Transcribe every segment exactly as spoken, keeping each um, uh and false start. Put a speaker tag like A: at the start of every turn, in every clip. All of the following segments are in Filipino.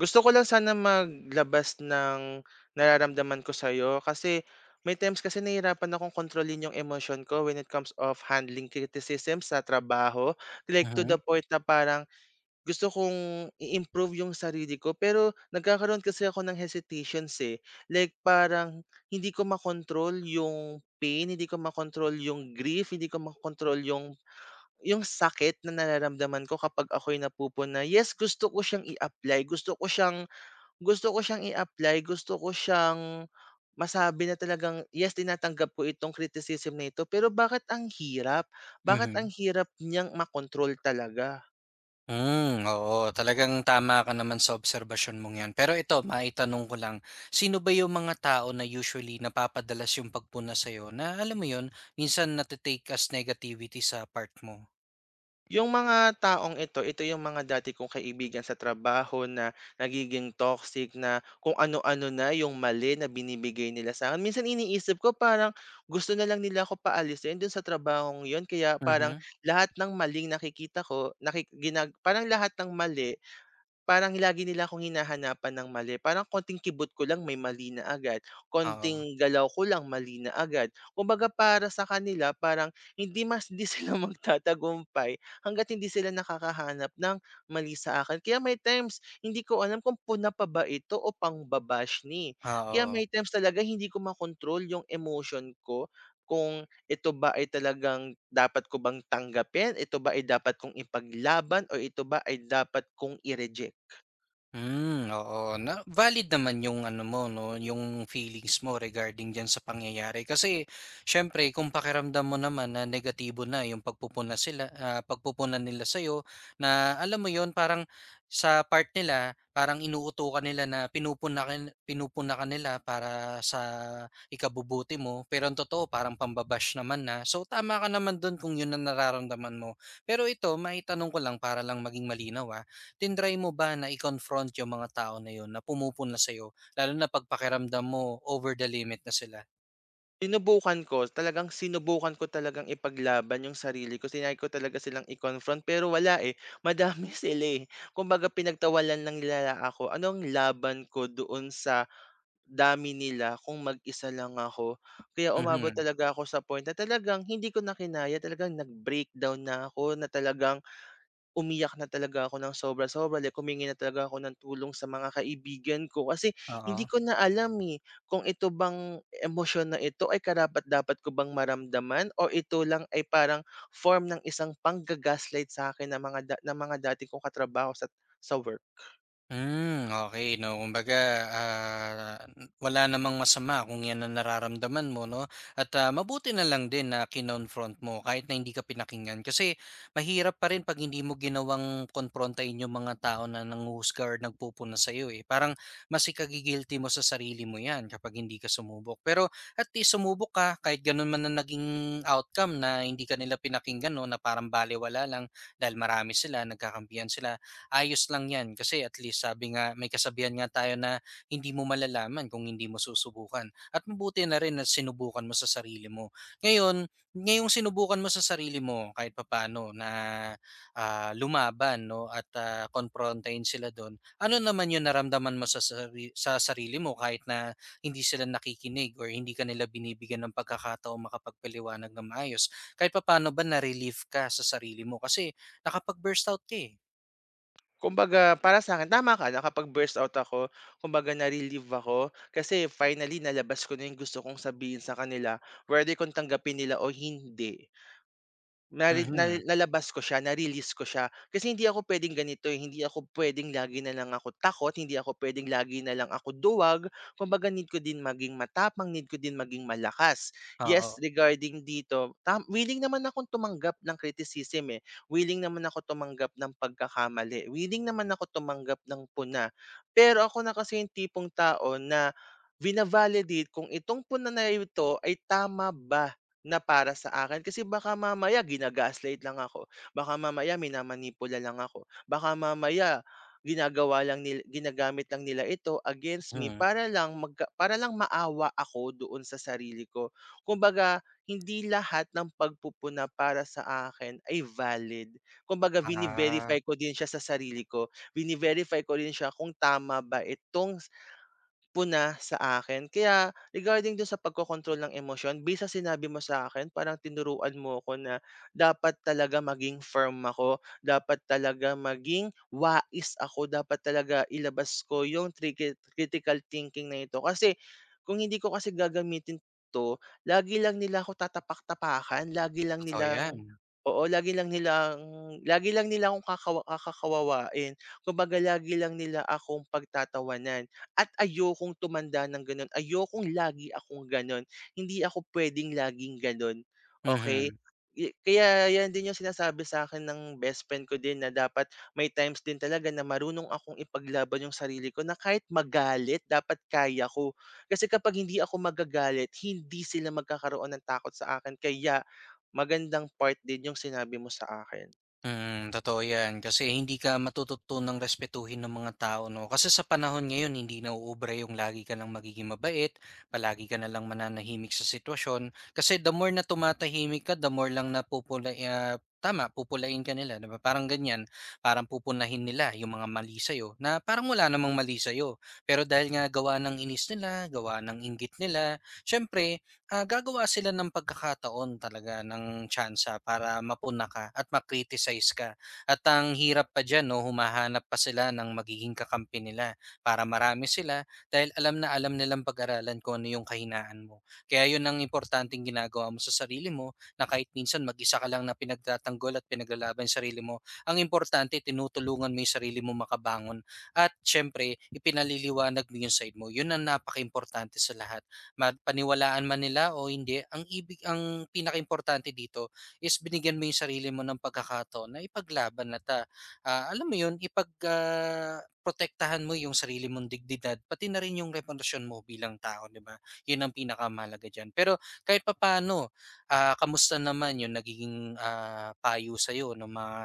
A: Gusto ko lang sana maglabas ng nararamdaman ko sa'yo kasi may times kasi nahihirapan akong kontrolin yung emosyon ko when it comes of handling criticism sa trabaho. Like to
B: Mhm,
A: the point na parang gusto kong i-improve yung sarili ko pero nagkakaroon kasi ako ng hesitations eh. Like parang hindi ko makontrol yung pain, hindi ko makontrol yung grief, hindi ko makontrol yung yung sakit na nararamdaman ko kapag ako'y napupuna. Yes, gusto ko siyang i-apply, gusto ko siyang gusto ko siyang i-apply, gusto ko siyang masabi na talagang, "Yes, tinatanggap ko itong criticism na ito." Pero bakit ang hirap? Bakit ang
B: mhm.
A: hirap niyang makontrol talaga?
B: Hmm, oo, talagang tama ka naman sa obserbasyon mong 'yan. Pero ito, maitanong ko lang, sino ba yung mga tao na usually napapadalas yung pagpuna sa'yo na alam mo yun, minsan nate as negativity sa part mo?
A: Yung mga taong ito, ito yung mga dati kong kaibigan sa trabaho na nagiging toxic na kung ano-ano na yung mali na binibigay nila sa akin. Minsan iniisip ko parang gusto na lang nila ako paalisin dun sa trabahong yun kaya parang
B: Mhm,
A: lahat ng maling nakikita ko, naki ginag parang lahat ng mali. Parang lagi nila akong hinahanapan ng mali, parang konting kibot ko lang may mali na agad,
B: oo,
A: konting galaw ko lang mali na agad. Kumbaga para sa kanila parang hindi mas di sila magtatagumpay hangga't hindi sila nakakahanap ng mali sa akin. Kaya may times hindi ko alam kung puna pa ba ito o pang ba ni. Kaya
B: oo.
A: may times talaga hindi ko makontrol yung emotion ko kung ito ba ay talagang dapat ko bang tanggapin, ito ba ay dapat kong ipaglaban o ito ba ay dapat kong i-reject.
B: Hmm, oo. Na valid naman yung ano mo 'no, yung feelings mo regarding diyan sa pangyayari. Kasi siyempre kung pakiramdam mo naman na negatibo na yung pagpupuna sila ah, pagpupunan nila sa'yo na alam mo yon parang sa part nila, parang inuuto ka nila na pinupuna ka pinupuna ka nila para sa ikabubuti mo, pero ang totoo parang pambabash naman na. So, tama ka naman do'n kung 'yun ang nararamdaman mo. Pero ito, maitanong ko lang para lang maging malinaw, ah tindray mo ba na i-confront yung mga tao na yun na pumupunla sa'yo lalo na 'pag pakiramdam mo over the limit na sila?
A: Sinubukan ko, talagang sinubukan ko talagang ipaglaban yung sarili ko, sinay ko talaga silang i-confront pero wala, eh, madami sila, eh. Kumbaga pinagtawalan ng nila ako, ano ang laban ko doon sa dami nila kung mag-isa lang ako. Kaya umabot
B: Mhm,
A: talaga ako sa point na talagang hindi ko na kinaya, talagang nag-breakdown na ako na talagang umiyak na talaga ako ng sobra-sobra, like humingi na talaga ako ng tulong sa mga kaibigan ko kasi hindi
B: oo.
A: ko na alam, eh, kung ito bang emosyon na ito ay karapat-dapat ko bang maramdaman o ito lang ay parang form ng isang pangga sa akin ng mga da ng mga dati kong katrabaho sa sa work.
B: Hmm, okay, 'no. Kumbaga, ah, wala namang masama kung 'yan ang nararamdaman mo 'no at, ah, mabuti na lang din na kinonfront mo kahit na hindi ka pinakinggan. Kasi mahirap pa rin 'pag hindi mo ginawang komprontahin yung mga tao na nanghuhusga or nagpupuna sa'yo, eh. Parang mas ikagi mo sa sarili mo 'yan kapag hindi ka sumubok. Pero at least sumubok ka kahit gano'n man na naging outcome na hindi ka nila pinakinggan 'no, na parang balewala lang dahil marami sila, nagkakampihan sila, ayos lang 'yan kasi at least sabi nga, may kasabihan nga tayo na hindi mo malalaman kung hindi mo susubukan, at mabuti na rin at sinubukan mo sa sarili mo. Ngayon, ngayong sinubukan mo sa sarili mo kahit papaano na ah, lumaban 'no at ah, komprontahin sila do'n, ano naman 'yung naramdaman mo sa sari- sa sarili mo kahit na hindi sila nakikinig or hindi ka nila binibigyan ng pagkakataong makapagpaliwanag ng maayos. Kahit papaano ba na-relief ka sa sarili mo kasi nakapag-burst out ka eh.
A: Kumbaga para sa akin tama ka, nakapag-burst out ako, kumbaga na-relieve ako kasi finally nalabas ko na yung gusto kong sabihin sa kanila, whether kung tanggapin nila o hindi. Nari nal
B: Mhm.
A: nalabas ko siya, na-release ko siya. Kasi hindi ako puwedeng ganito, eh, hindi ako puwedeng lagi na lang ako takot, hindi ako puwedeng lagi na lang ako duwag. Kumbaga need ko din maging matapang, need ko din maging malakas.
B: Oo,
A: Yes, regarding dito, tam willing naman akong tumanggap ng criticism, eh. Willing naman ako tumanggap ng pagkakamali, willing naman ako tumanggap ng puna. Pero ako na kasi yung tipong tao na vina-validate kung itong puna na ito ay tama ba na para sa akin kasi baka mamaya gina lang ako, baka mamaya minamanipula lang ako, baka mamaya ginagawa lang nil ginagamit lang nila ito against me
B: mhm.
A: para lang magka para lang maawa ako doon sa sarili ko. Kumbaga hindi lahat ng pagpupuna para sa akin ay valid. Kumbaga vini-verify
B: Ah,
A: ko din siya sa sarili ko, vini-verify ko din siya kung tama ba itong puna sa akin. Kaya regarding dun sa pagkokontrol ng emosyon, based sinabi mo sa akin parang tinuruan mo ako na dapat talaga maging firm ako, dapat talaga maging wais ako, dapat talaga ilabas ko yung triki critical thinking na ito. Kasi kung hindi ko kasi gagamitin 'to, lagi lang nila ako tatapak-tapakan, lagi lang
B: totoo 'yan.
A: nilang oo, lagi lang nilang lagi lang nila akong kakawa kakakawawain. Kumbaga lagi lang nila akong pagtatawanan at ayokong tumanda ng gano'n, ayokong lagi akong gano'n, hindi ako puwedeng laging gano'n, okay.
B: Mhm,
A: Ye kaya 'yan din yung sinasabi sa akin ng best friend ko din na dapat may times din talaga na marunong akong ipaglaban yung sarili ko na kahit magalit dapat kaya ko. Kasi kapag hindi ako magagalit, hindi sila magkakaroon ng takot sa akin kaya magandang part din yung sinabi mo sa akin.
B: mm, totoo 'yan kasi hindi ka matututunang respetuhin ng mga tao 'no, kasi sa panahon ngayon hindi nauubra yung lagi ka lang magiging mabait, palagi ka na lang mananahimik sa sitwasyon, kasi the more na tumatahimik ka, the more lang napupula ah, tama, pupulain ka nila 'di ba, parang ganyan. Parang pupunahin nila yung mga mali sa'yo na parang wala namang mali sa'yo, pero dahil nga gawa ng inis nila, gawa ng inggit nila, siyempre, Ah, gagawa sila ng pagkakataon talaga ng tsansa para mapuna ka at ma-criticize ka. At ang hirap pa diyan 'no, humahanap pa sila ng magiging kakampi nila para marami sila dahil alam na alam nilang pag-aralan kung ano yung kahinaan mo. Kaya yun ang importanteng ginagawa mo sa sarili mo na kahit minsan mag-isa ka lang na pinagtatanggol at pinaglalaban yung sarili mo, ang importante tinutulungan mo yung sarili mo makabangon at siyempre ipinaliliwanag mo yung side mo. Yun ang napakaimportante sa lahat, mapaniwalaan man nila o hindi. Ang ibig, ang pinakaimportante dito is binigyan mo 'yung sarili mo ng pagkakataon na ipaglaban, at ah, ah, alam mo 'yun, ipag ah, protektahan mo 'yung sarili mong dignidad, pati na rin 'yung reputasyon mo bilang tao, 'di ba? 'Yun ang pinakamalaga diyan. Pero kahit papaano, ah, kamusta naman 'yung nagiging, ah, payo sa'yo ng mga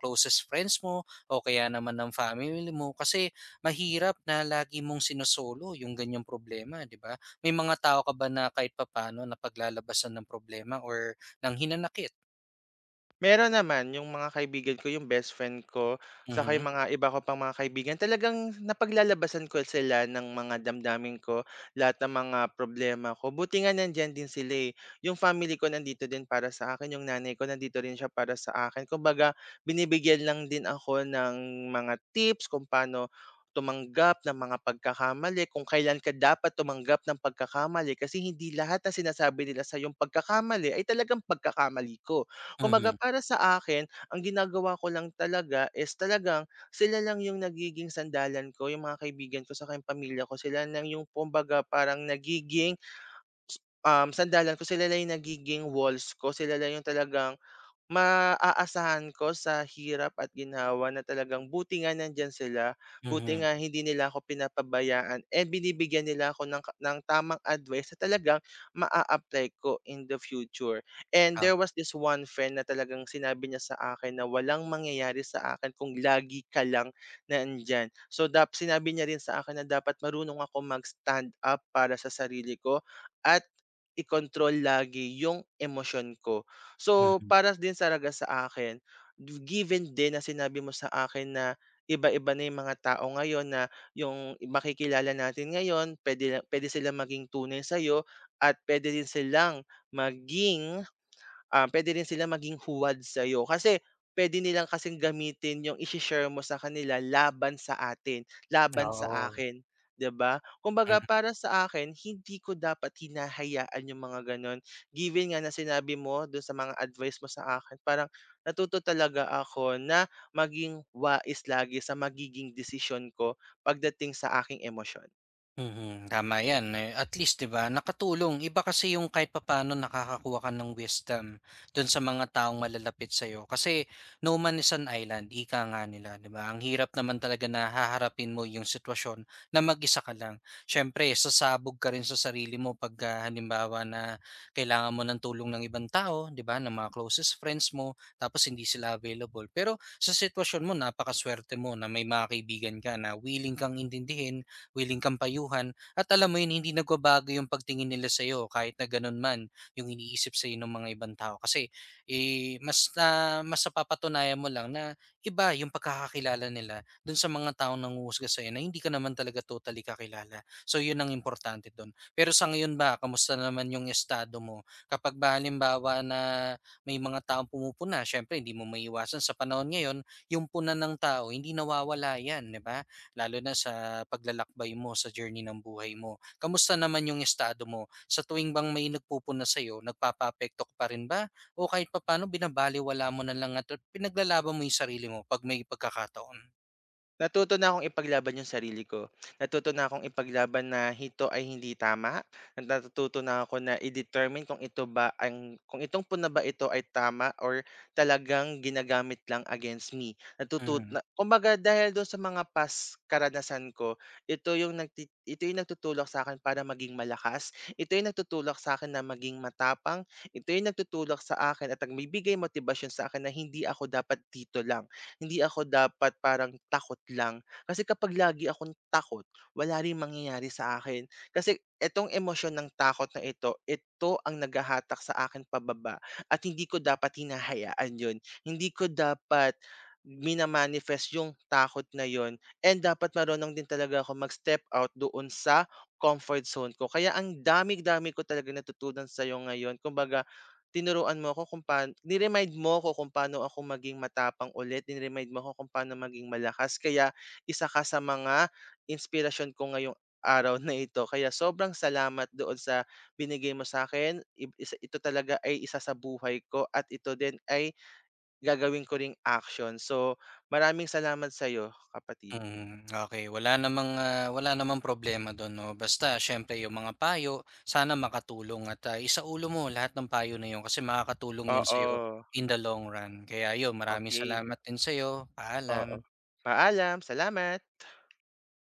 B: closest friends mo o kaya naman ng family mo? Kasi mahirap na lagi mong sinusolo 'yung ganiyang problema, 'di ba? May mga tao ka ba na kahit papaano napaglalabasan ng problema or ng hinanakit?
A: Meron naman yung mga kaibigan ko, yung best friend ko, saka
B: Mhm,
A: yung mga iba ko pang mga kaibigan, talagang napaglalabasan ko sila ng mga damdamin ko, lahat ng mga problema ko. Buti nga nandiyan din sila eh. Yung family ko nandito din para sa akin, yung nanay ko nandito rin siya para sa akin. Kumbaga, binibigyan lang din ako ng mga tips kung paano tumanggap ng mga pagkakamali, kung kailan ka dapat tumanggap ng pagkakamali kasi hindi lahat na sinasabi nila sa yung pagkakamali ay talagang pagkakamali ko. Kumbaga
B: mhm,
A: para sa akin, ang ginagawa ko lang talaga is talagang sila lang yung nagiging sandalan ko, yung mga kaibigan ko, sa yung pamilya ko. Sila lang yung kumbaga parang nagiging, um, sandalan ko. Sila lang yung nagiging walls ko. Sila lang yung talagang maaasahan ko sa hirap at ginhawa na talagang buti nga nandiyan sila, buti
B: mhm,
A: nga hindi nila ako pinapabayaan, eh, binibigyan nila ako ng ka ng tamang advice na talagang maa-apply ko in the future. And
B: ah,
A: there was this one friend na talagang sinabi niya sa akin na, "Walang mangyayari sa akin kung lagi ka lang nandiyan." So, dap sinabi niya rin sa akin na dapat marunong ako mag-stand up para sa sarili ko at i-control lagi yung emosyon ko. So,
B: mhm,
A: para din talaga sa akin, given din na sinabi mo sa akin na iba-iba na yung mga tao ngayon na yung makikilala natin ngayon, pwede, la- pwede silang maging tunay sa'yo at pwede din silang maging ah, puwede rin sila maging huwad sa'yo kasi puwede nilang kasing gamitin yung ise-share mo sa kanila laban sa atin, laban sa
B: oo.
A: akin, 'di ba? Kumbaga para sa akin, hindi ko dapat hinahayaan yung mga gano'n. Given nga na sinabi mo do'n sa mga advice mo sa akin, parang natuto talaga ako na maging wais lagi sa magiging desisyon ko pagdating sa aking emosyon.
B: Mhm, tama 'yan, eh, at least 'di ba nakatulong. Iba kasi yung kahit papano nakakakuha ka ng wisdom dun sa mga taong malalapit sa'yo kasi no man is an island, ika nga nila 'di ba? Ang hirap naman talaga na haharapin mo yung sitwasyon na mag-isa ka lang. Siyempre sasabog ka rin sa sarili mo 'pagka halimbawa na kailangan mo ng tulong ng ibang tao 'di ba, ng mga closest friends mo tapos hindi sila available. Pero sa sitwasyon mo napakasuwerte mo na may mga kaibigan ka na willing kang intindihin, willing kang payuhan at alam mo yun, hindi nagbabago yung pagtingin nila sa'yo kahit na ganun man yung iniisip sa'yo ng mga ibang tao. Kasi eh, mas, na, mas napapatunayan mo lang na iba yung pagkakakilala nila dun sa mga taong nanguhusga sa'yo na hindi ka naman talaga totally kakilala. So yun ang importante dun. Pero sa ngayon ba, kamusta naman yung estado mo? Kapag ba halimbawa na may mga taong pumupuna, syempre hindi mo maiwasan sa panahon ngayon, yung puna ng tao, hindi nawawala yan, di ba? Lalo na sa paglalakbay mo sa journey ng buhay mo. Kamusta naman yung estado mo? Sa tuwing bang may nagpupuna sa'yo, nagpapaapekto ka pa rin ba? O kahit papaano binabaliwala mo na lang at pinaglalaban mo yung sarili mo pag may pagkakataon?
A: Natuto na akong ipaglaban yung sarili ko. Natuto na akong ipaglaban na ito ay hindi tama. Natututo na ako na i-determine kung ito ba ang kung itong puna ba ito ay tama or talagang ginagamit lang against me. Natututo
B: Mhm.
A: na, kumbaga dahil doon sa mga past karanasan ko, ito yung nagti, ito yung nagtutulak sa akin para maging malakas. Ito yung nagtutulak sa akin na maging matapang. Ito yung nagtutulak sa akin at nagbibigay motivation sa akin na hindi ako dapat dito lang hindi ako dapat parang takot lang. Kasi kapag lagi akong takot, wala ring mangyayari sa akin. Kasi itong emosyon ng takot na ito, ito ang naghahatak sa akin pababa at hindi ko dapat hinahayaan yun. Hindi ko dapat minamanifest yung takot na yon. And dapat marunong din talaga ako mag-step out doon sa comfort zone ko. Kaya ang dami-dami ko talaga natutunan sa'yo ngayon. Kumbaga, tinuruan mo ako kung paan ni-remind mo ako kung paano ako maging matapang ulit, ni-remind mo ako kung paano maging malakas kaya isa ka sa mga inspirasyon ko ngayong araw na ito. Kaya sobrang salamat doon sa binigay mo sa akin. Ib isa ito talaga ay isa sa buhay ko at ito din ay gagawin ko ring action. So, maraming salamat sa iyo, kapatid.
B: Mm, okey. Wala namang, ah, wala namang problema dun 'no, basta siyempre yung mga payo sana makatulong at, ah, isaulo mo lahat ng payo na yun kasi makakatulong yun sa'yo
A: Oo,
B: in the long run. Kaya yun, maraming
A: okey,
B: salamat din sa sa'yo. Paalam.
A: oo. Paalam, salamat.